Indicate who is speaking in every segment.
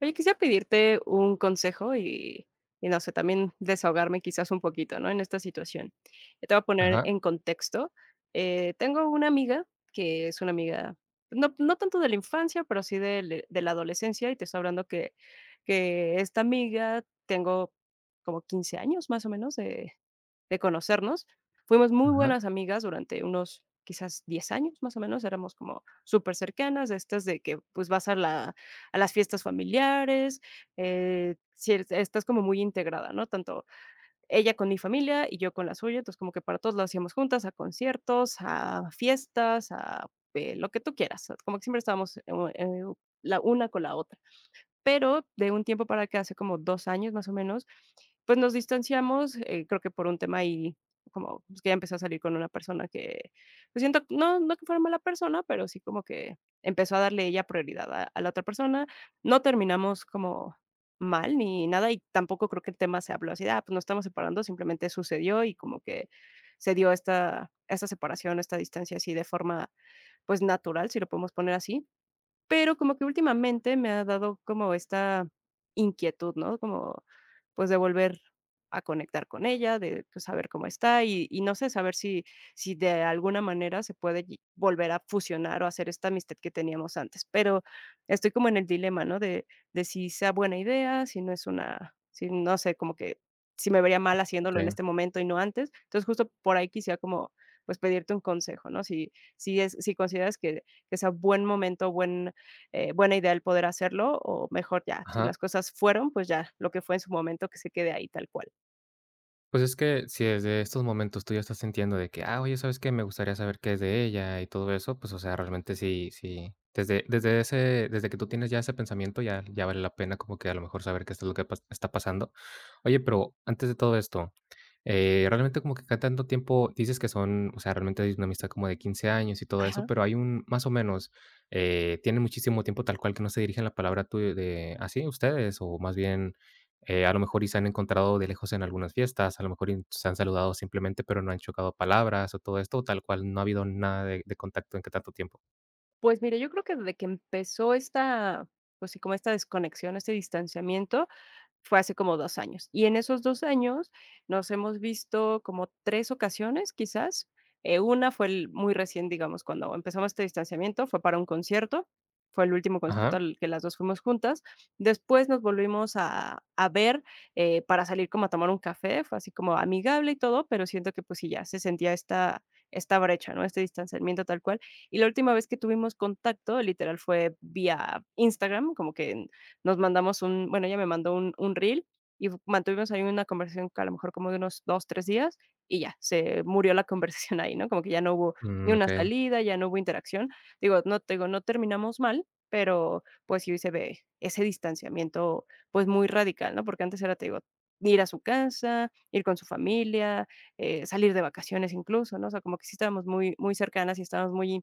Speaker 1: Oye, quisiera pedirte un consejo y no sé, también desahogarme quizás un poquito, ¿no? En esta situación. Te voy a poner
Speaker 2: Ajá,
Speaker 1: en contexto. Tengo una amiga que es una amiga, no tanto de la infancia, pero sí de la adolescencia, y te estoy hablando que esta amiga tengo como 15 años más o menos de conocernos. Fuimos muy
Speaker 2: ajá,
Speaker 1: buenas amigas durante unos quizás 10 años más o menos, éramos como súper cercanas, de estas de que pues vas a la a las fiestas familiares, sí, es estás como muy integrada, ¿no? Tanto ella con mi familia y yo con la suya, entonces como que para todos lo hacíamos juntas, a conciertos, a fiestas, lo que tú quieras, o como que siempre estábamos, eh, la una con la otra. Pero de un tiempo para acá, hace como 2 años más o menos, pues nos distanciamos, creo que por un tema ahí, como, pues, que ya empezó a salir con una persona que, pues, siento no que fuera mala persona, pero sí como que empezó a darle ella prioridad a la otra persona. No terminamos como mal ni nada, y tampoco creo que el tema se habló así de: "Ah, pues, nos estamos separando". Simplemente sucedió y como que se dio esta separación, esta distancia así de forma, pues, natural, si lo podemos poner así. Pero como que últimamente me ha dado como esta inquietud, ¿no? Como, pues, de volver a conectar con ella, de, pues, saber cómo está y no sé, saber si de alguna manera se puede ll volver a fusionar o hacer esta amistad que teníamos antes. Pero estoy como en el dilema, ¿no? De si sea buena idea, si no sé, como que si me vería mal haciéndolo en
Speaker 2: okey,
Speaker 1: este momento y no antes. Entonces, justo por ahí quisiera como, pues, pedirte un consejo, ¿no? Si consideras que, sea buen momento, buena idea el poder hacerlo, o mejor ya, si
Speaker 2: ajá.
Speaker 1: las cosas fueron, pues ya, lo que fue en su momento, que se quede ahí tal cual.
Speaker 2: Pues es que si desde estos momentos tú ya estás sintiendo de que: "Ah, oye, ¿sabes qué? Me gustaría saber qué es de ella", y todo eso, pues, o sea, realmente sí, desde ese desde que tú tienes ya ese pensamiento, ya vale la pena como que a lo mejor saber qué es lo que pas está pasando. Oye, pero antes de todo esto, realmente como que cada tanto tiempo dices que son, o sea, realmente es una amistad como de 15 años y todo eso,
Speaker 1: Ajá.
Speaker 2: pero hay un más o menos, ¿tienen muchísimo tiempo tal cual que no se dirigen la palabra tú de así ustedes o más bien A lo mejor y se han encontrado de lejos en algunas fiestas, a lo mejor y se han saludado simplemente, pero no han chocado palabras o todo esto, tal cual no ha habido nada de contacto en qué tanto tiempo.
Speaker 1: Pues mira, yo creo que desde que empezó esta, pues sí, como esta desconexión, este distanciamiento. Fue hace como 2 años. Y en esos 2 años nos hemos visto como 3 ocasiones, quizás. Una fue el muy recién, digamos, cuando empezamos este distanciamiento, fue para un concierto, fue el último concierto
Speaker 2: Ajá.
Speaker 1: al que las 2 fuimos juntas. Después nos volvimos a ver, para salir como a tomar un café, fue así como amigable y todo, pero siento que, pues sí, ya se sentía esta brecha, ¿no? Este distanciamiento tal cual. Y la última vez que tuvimos contacto, literal, fue vía Instagram, como que nos mandamos un bueno, ella me mandó un reel y mantuvimos ahí una conversación que a lo mejor como de unos 2 3 días y ya, se murió la conversación ahí, ¿no? Como que ya no hubo ni
Speaker 2: Mm,
Speaker 1: una
Speaker 2: okey.
Speaker 1: salida, ya no hubo interacción. Digo, no te digo, no terminamos mal, pero, pues, sí se ve ese distanciamiento, pues, muy radical, ¿no? Porque antes era, te digo, ir a su casa, ir con su familia, salir de vacaciones incluso, ¿no? O sea, como que sí estábamos muy muy cercanas y estábamos muy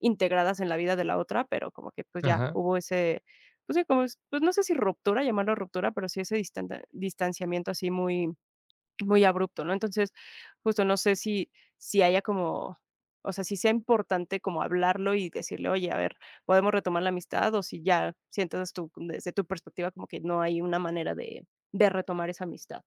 Speaker 1: integradas en la vida de la otra, pero como que, pues, ya
Speaker 2: Ajá.
Speaker 1: hubo ese, pues sí, como es, pues no sé si ruptura, llamarlo ruptura, pero sí ese distanta distanciamiento así muy muy abrupto, ¿no? Entonces, justo no sé si haya como, o sea, si sea importante como hablarlo y decirle: "Oye, a ver, podemos retomar la amistad", o si ya sientes tú desde tu perspectiva como que no hay una manera de retomar esa amistad.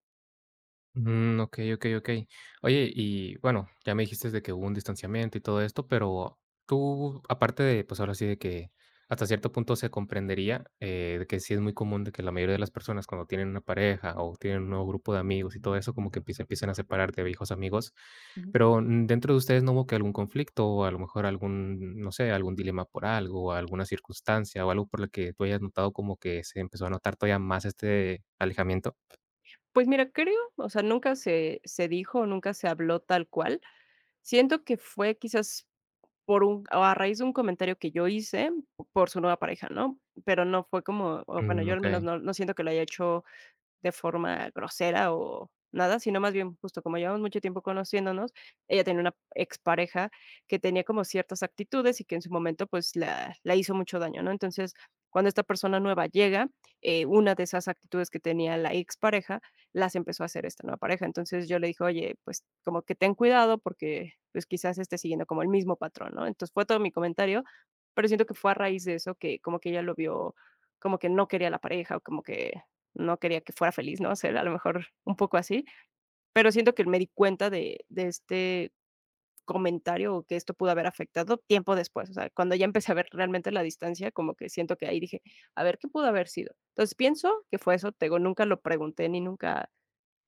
Speaker 2: Mm, okey, okey, okey. Oye, y bueno, ya me dijiste de que hubo un distanciamiento y todo esto, pero tú, aparte de, pues, ahora sí de que hasta cierto punto se comprendería, de que sí es muy común de que la mayoría de las personas cuando tienen una pareja o tienen un nuevo grupo de amigos y todo eso, como que empie se empiecen a separar de viejos amigos,
Speaker 1: Ujú.
Speaker 2: pero, mm, dentro de ustedes, ¿no hubo que algún conflicto o a lo mejor algún, no sé, algún dilema por algo, alguna circunstancia o algo por lo que tú hayas notado como que se empezó a notar todavía más este alejamiento?
Speaker 1: Pues mira, creo, o sea, nunca se dijo, nunca se habló tal cual. Siento que fue quizás por un o a raíz de un comentario que yo hice por su nueva pareja, ¿no? Pero no fue como, o bueno,
Speaker 2: Mm,
Speaker 1: yo al menos
Speaker 2: okey.
Speaker 1: no siento que lo haya hecho de forma grosera o nada, sino más bien justo como llevamos mucho tiempo conociéndonos, ella tenía una expareja que tenía como ciertas actitudes y que en su momento pues la hizo mucho daño, ¿no? Entonces, cuando esta persona nueva llega, una de esas actitudes que tenía la expareja las empezó a hacer esta nueva pareja. Entonces yo le dije, oye, pues como que ten cuidado porque pues quizás esté siguiendo como el mismo patrón, ¿no? Entonces fue todo mi comentario, pero siento que fue a raíz de eso que como que ella lo vio como que no quería a la pareja o como que no quería que fuera feliz, ¿no? Ser, a lo mejor un poco así, pero siento que me di cuenta de, este comentario o que esto pudo haber afectado tiempo después, o sea, cuando ya empecé a ver realmente la distancia, como que siento que ahí dije, a ver, ¿qué pudo haber sido? Entonces pienso que fue eso, te digo, nunca lo pregunté ni nunca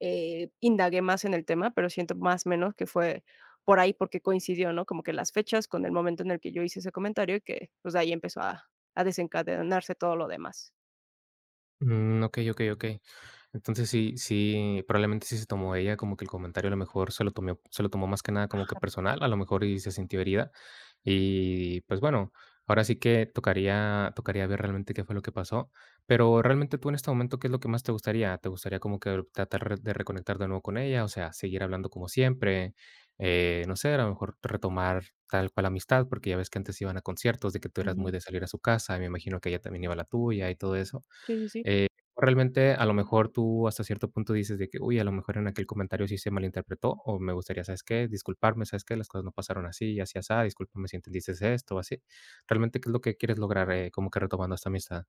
Speaker 1: indagué más en el tema, pero siento más o menos que fue por ahí porque coincidió, ¿no? Como que las fechas con el momento en el que yo hice ese comentario y que pues de ahí empezó a desencadenarse todo lo demás.
Speaker 2: Mm, okey, okey, okey. Entonces sí, probablemente sí se tomó ella como que el comentario a lo mejor se lo tomó más que nada como que
Speaker 1: Ajá.
Speaker 2: personal, a lo mejor y se sintió herida. Y, pues bueno, ahora sí que tocaría ver realmente qué fue lo que pasó. Pero realmente tú en este momento, ¿qué es lo que más te gustaría? ¿Te gustaría como que tratar de reconectar de nuevo con ella? O sea, seguir hablando como siempre, no sé, a lo mejor retomar tal cual amistad, porque ya ves que antes iban a conciertos, de que tú eras
Speaker 1: Ujú.
Speaker 2: muy de salir a su casa, me imagino que ella también iba a la tuya y todo eso.
Speaker 1: Sí, sí, sí.
Speaker 2: Eh, realmente, a lo mejor tú hasta cierto punto dices de que: "Uy, a lo mejor en aquel comentario sí se malinterpretó, o me gustaría, ¿sabes qué? Disculparme, ¿sabes qué? Las cosas no pasaron así y así asá, discúlpame si entendiste esto o así". Realmente, ¿qué es lo que quieres lograr, como que retomando esta amistad?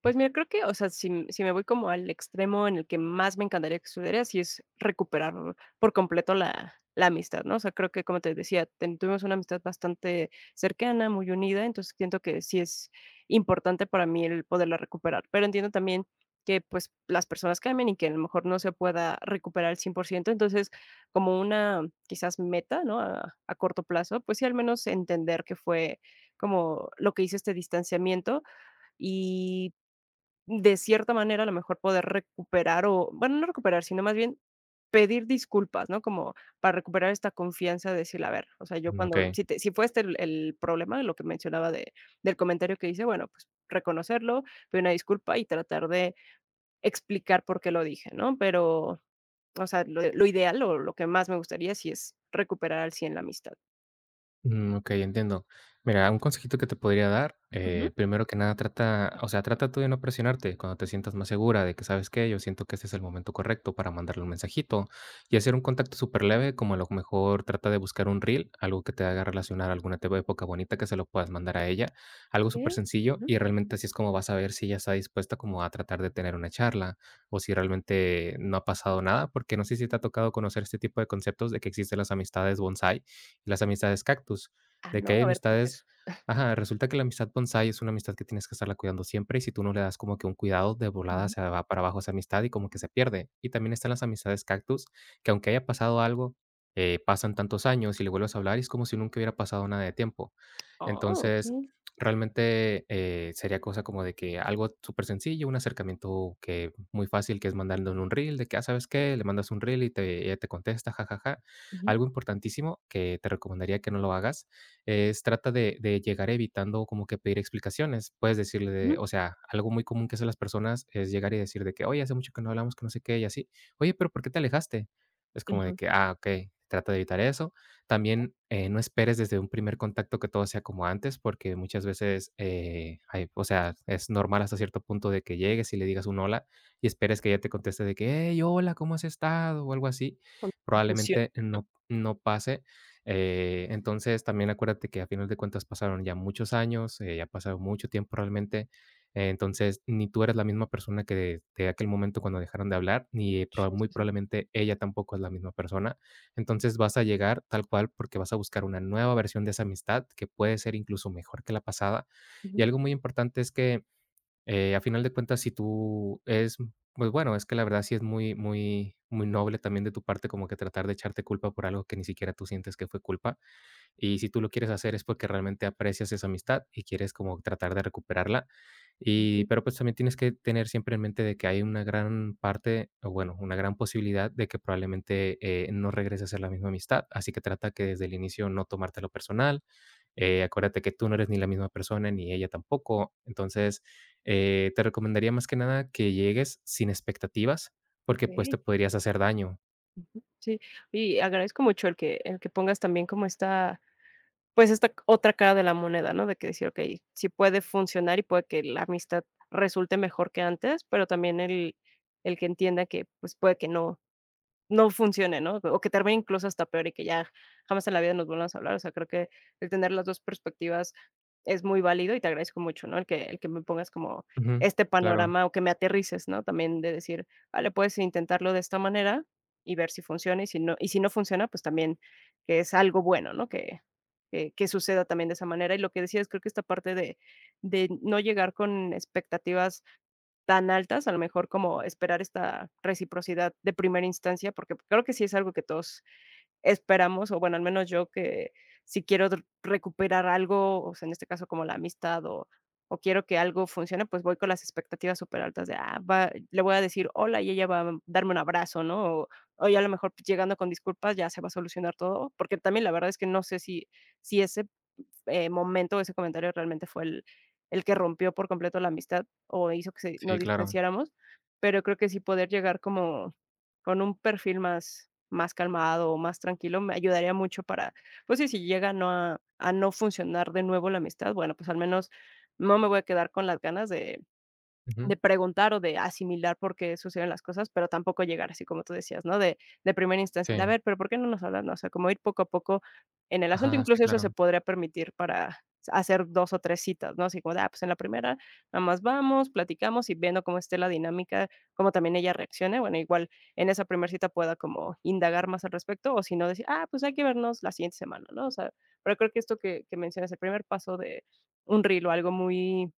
Speaker 1: Pues mira, creo que, o sea, si me voy como al extremo en el que más me encantaría que sucediera, sí es recuperar por completo la amistad, ¿no? O sea, creo que, como te decía, ten tuvimos una amistad bastante cercana, muy unida, entonces siento que sí es importante para mí el poderla recuperar, pero entiendo también que, pues, las personas cambian y que a lo mejor no se pueda recuperar al 100%. Entonces, como una, quizás, meta, ¿no?, a corto plazo, pues sí, al menos entender que fue como lo que hizo este distanciamiento y de cierta manera, a lo mejor poder recuperar o, bueno, no recuperar, sino más bien pedir disculpas, ¿no? Como para recuperar esta confianza, decirle, a ver, o sea, yo
Speaker 2: Mm,
Speaker 1: cuando, si fue este el problema, lo que mencionaba del comentario que hice, bueno, pues reconocerlo, pedir una disculpa y tratar de explicar por qué lo dije, ¿no? Pero, o sea, lo ideal o lo que más me gustaría sí es recuperar al cien la amistad.
Speaker 2: Mm, okey, entiendo. Mira, un consejito que te podría dar,
Speaker 1: Ujú,
Speaker 2: primero que nada trata, o sea, trata tú de no presionarte cuando te sientas más segura de que, ¿sabes que yo siento que este es el momento correcto para mandarle un mensajito y hacer un contacto súper leve, como a lo mejor trata de buscar un reel, algo que te haga relacionar alguna tepo época bonita que se lo puedas mandar a ella, algo
Speaker 1: okey,
Speaker 2: súper sencillo
Speaker 1: ujú.
Speaker 2: y realmente así es como vas a ver si ella está dispuesta como a tratar de tener una charla o si realmente no ha pasado nada, porque no sé si te ha tocado conocer este tipo de conceptos de que existen las amistades bonsai, las amistades cactus,
Speaker 1: Ah,
Speaker 2: de
Speaker 1: no,
Speaker 2: que hay
Speaker 1: a ver, ¿qué es
Speaker 2: amistades,
Speaker 1: eso?
Speaker 2: ajá, resulta que la amistad bonsai es una amistad que tienes que estarla cuidando siempre y si tú no le das como que un cuidado de volada
Speaker 1: Ujú.
Speaker 2: se va para abajo esa amistad y como que se pierde. Y también están las amistades cactus, que aunque haya pasado algo, pasan tantos años y le vuelves a hablar y es como si nunca hubiera pasado nada de tiempo.
Speaker 1: Oh,
Speaker 2: Entonces,
Speaker 1: okey.
Speaker 2: realmente sería cosa como de que algo súper sencillo, un acercamiento que muy fácil, que es mandarle un reel, de que, ah, ¿sabes qué? Le mandas un reel y te, ella te contesta, jajaja,
Speaker 1: Ujú,
Speaker 2: algo importantísimo que te recomendaría que no lo hagas es trata de llegar evitando como que pedir explicaciones. Puedes decirle de
Speaker 1: ujú,
Speaker 2: o sea, algo muy común que hacen las personas es llegar y decir de que: "Oye, hace mucho que no hablamos, que no sé qué", y así. "Oye, pero, ¿por qué te alejaste?". Es como de
Speaker 1: ujú.
Speaker 2: que: "Ah, ok". Trata de evitar eso. También, no esperes desde un primer contacto que todo sea como antes, porque muchas veces, hay o sea, es normal hasta cierto punto de que llegues y le digas un hola, y esperes que ella te conteste de que: "Hey, hola, ¿cómo has estado?", o algo así
Speaker 1: Con confusión.
Speaker 2: probablemente no pase. Entonces, también acuérdate que a final de cuentas pasaron ya muchos años, ya ha pasado mucho tiempo realmente. Entonces, ni tú eres la misma persona que de aquel momento cuando dejaron de hablar, ni
Speaker 1: Sí,
Speaker 2: muy
Speaker 1: sí, sí.
Speaker 2: probablemente ella tampoco es la misma persona. Entonces, vas a llegar tal cual porque vas a buscar una nueva versión de esa amistad que puede ser incluso mejor que la pasada. Y
Speaker 1: Ujú,
Speaker 2: algo muy importante es que a final de cuentas, si tú es pues bueno, es que la verdad sí es muy noble también de tu parte como que tratar de echarte culpa por algo que ni siquiera tú sientes que fue culpa. Y si tú lo quieres hacer es porque realmente aprecias esa amistad y quieres como tratar de recuperarla. Y
Speaker 1: ujú,
Speaker 2: pero, pues, también tienes que tener siempre en mente de que hay una gran parte, o bueno, una gran posibilidad de que probablemente, no regreses a ser la misma amistad. Así que trata que desde el inicio no tomártelo personal, acuérdate que tú no eres ni la misma persona, ni ella tampoco. Entonces, te recomendaría más que nada que llegues sin expectativas, porque, pues,
Speaker 1: okey,
Speaker 2: te podrías hacer daño.
Speaker 1: ujú, sí. Y agradezco mucho el que pongas también como esta, pues, esta otra cara de la moneda, ¿no? De que decir: "Okey, sí puede funcionar y puede que la amistad resulte mejor que antes", pero también el que entienda que, pues, puede que no funcione, ¿no? O que termine incluso hasta peor y que ya jamás en la vida nos volvamos a hablar. O sea, creo que el tener las 2 perspectivas es muy válido y te agradezco mucho, ¿no? El que me pongas como
Speaker 2: Ujú.
Speaker 1: este
Speaker 2: Claro.
Speaker 1: panorama o que me aterrices, ¿no? También de decir, vale, puedes intentarlo de esta manera y ver si funciona, y y si no funciona, pues también que es algo bueno, ¿no? Que suceda también de esa manera. Y lo que decías, creo que esta parte de no llegar con expectativas tan altas, a lo mejor como esperar esta reciprocidad de primera instancia, porque creo que sí es algo que todos esperamos, o bueno, al menos yo, que si quiero recuperar algo, o sea, en este caso como la amistad o quiero que algo funcione, pues voy con las expectativas súper altas de, ah, le voy a decir hola y ella va a darme un abrazo, ¿no? O ya a lo mejor pues, llegando con disculpas ya se va a solucionar todo, porque también la verdad es que no sé si es momento, ese comentario realmente fue el que rompió por completo la amistad o hizo que nos
Speaker 2: Sí, claro.
Speaker 1: distanciáramos, pero creo que sí poder llegar como con un perfil más, más calmado o más tranquilo me ayudaría mucho para, pues sí, si llega no a no funcionar de nuevo la amistad, bueno, pues al menos no me voy a quedar con las ganas de
Speaker 2: Ujú.
Speaker 1: de preguntar o de asimilar por qué suceden las cosas, pero tampoco llegar así como tú decías, ¿no? De primera instancia, de a
Speaker 2: Sí.
Speaker 1: ver, pero ¿por qué no nos hablan? ¿No? O sea, como ir poco a poco en el asunto,
Speaker 2: Ajá, sí,
Speaker 1: incluso eso se
Speaker 2: claro.
Speaker 1: podría permitir para hacer 2 o 3 citas, ¿no? Así como de, ah, pues en la primera nada más vamos, platicamos y viendo cómo esté la dinámica, cómo también ella reaccione. Bueno, igual en esa primera cita pueda como indagar más al respecto o si no decir, ah, pues hay que vernos la siguiente semana, ¿no? O sea, pero creo que esto que mencionas, el primer paso de un reel o algo muy,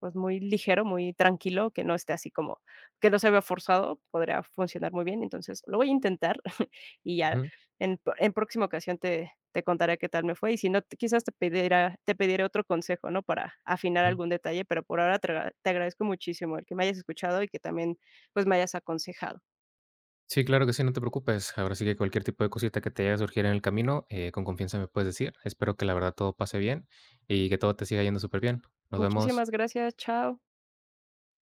Speaker 1: pues, muy ligero, muy tranquilo, que no esté así como que no se vea forzado, podría funcionar muy bien. Entonces, lo voy a intentar y ya
Speaker 2: Ujú,
Speaker 1: en próxima ocasión te contaré qué tal me fue, y si no, quizás te pediré otro consejo, ¿no?, para afinar
Speaker 2: ujú.
Speaker 1: algún detalle, pero por ahora te agradezco muchísimo el que me hayas escuchado y que también, pues, me hayas aconsejado.
Speaker 2: Sí, claro que sí, no te preocupes. Ahora sí que cualquier tipo de cosita que te llegue a surgir en el camino, con confianza me puedes decir. Espero que la verdad todo pase bien y que todo te siga yendo súper bien. Nos vemos.
Speaker 1: Muchísimas gracias, chao.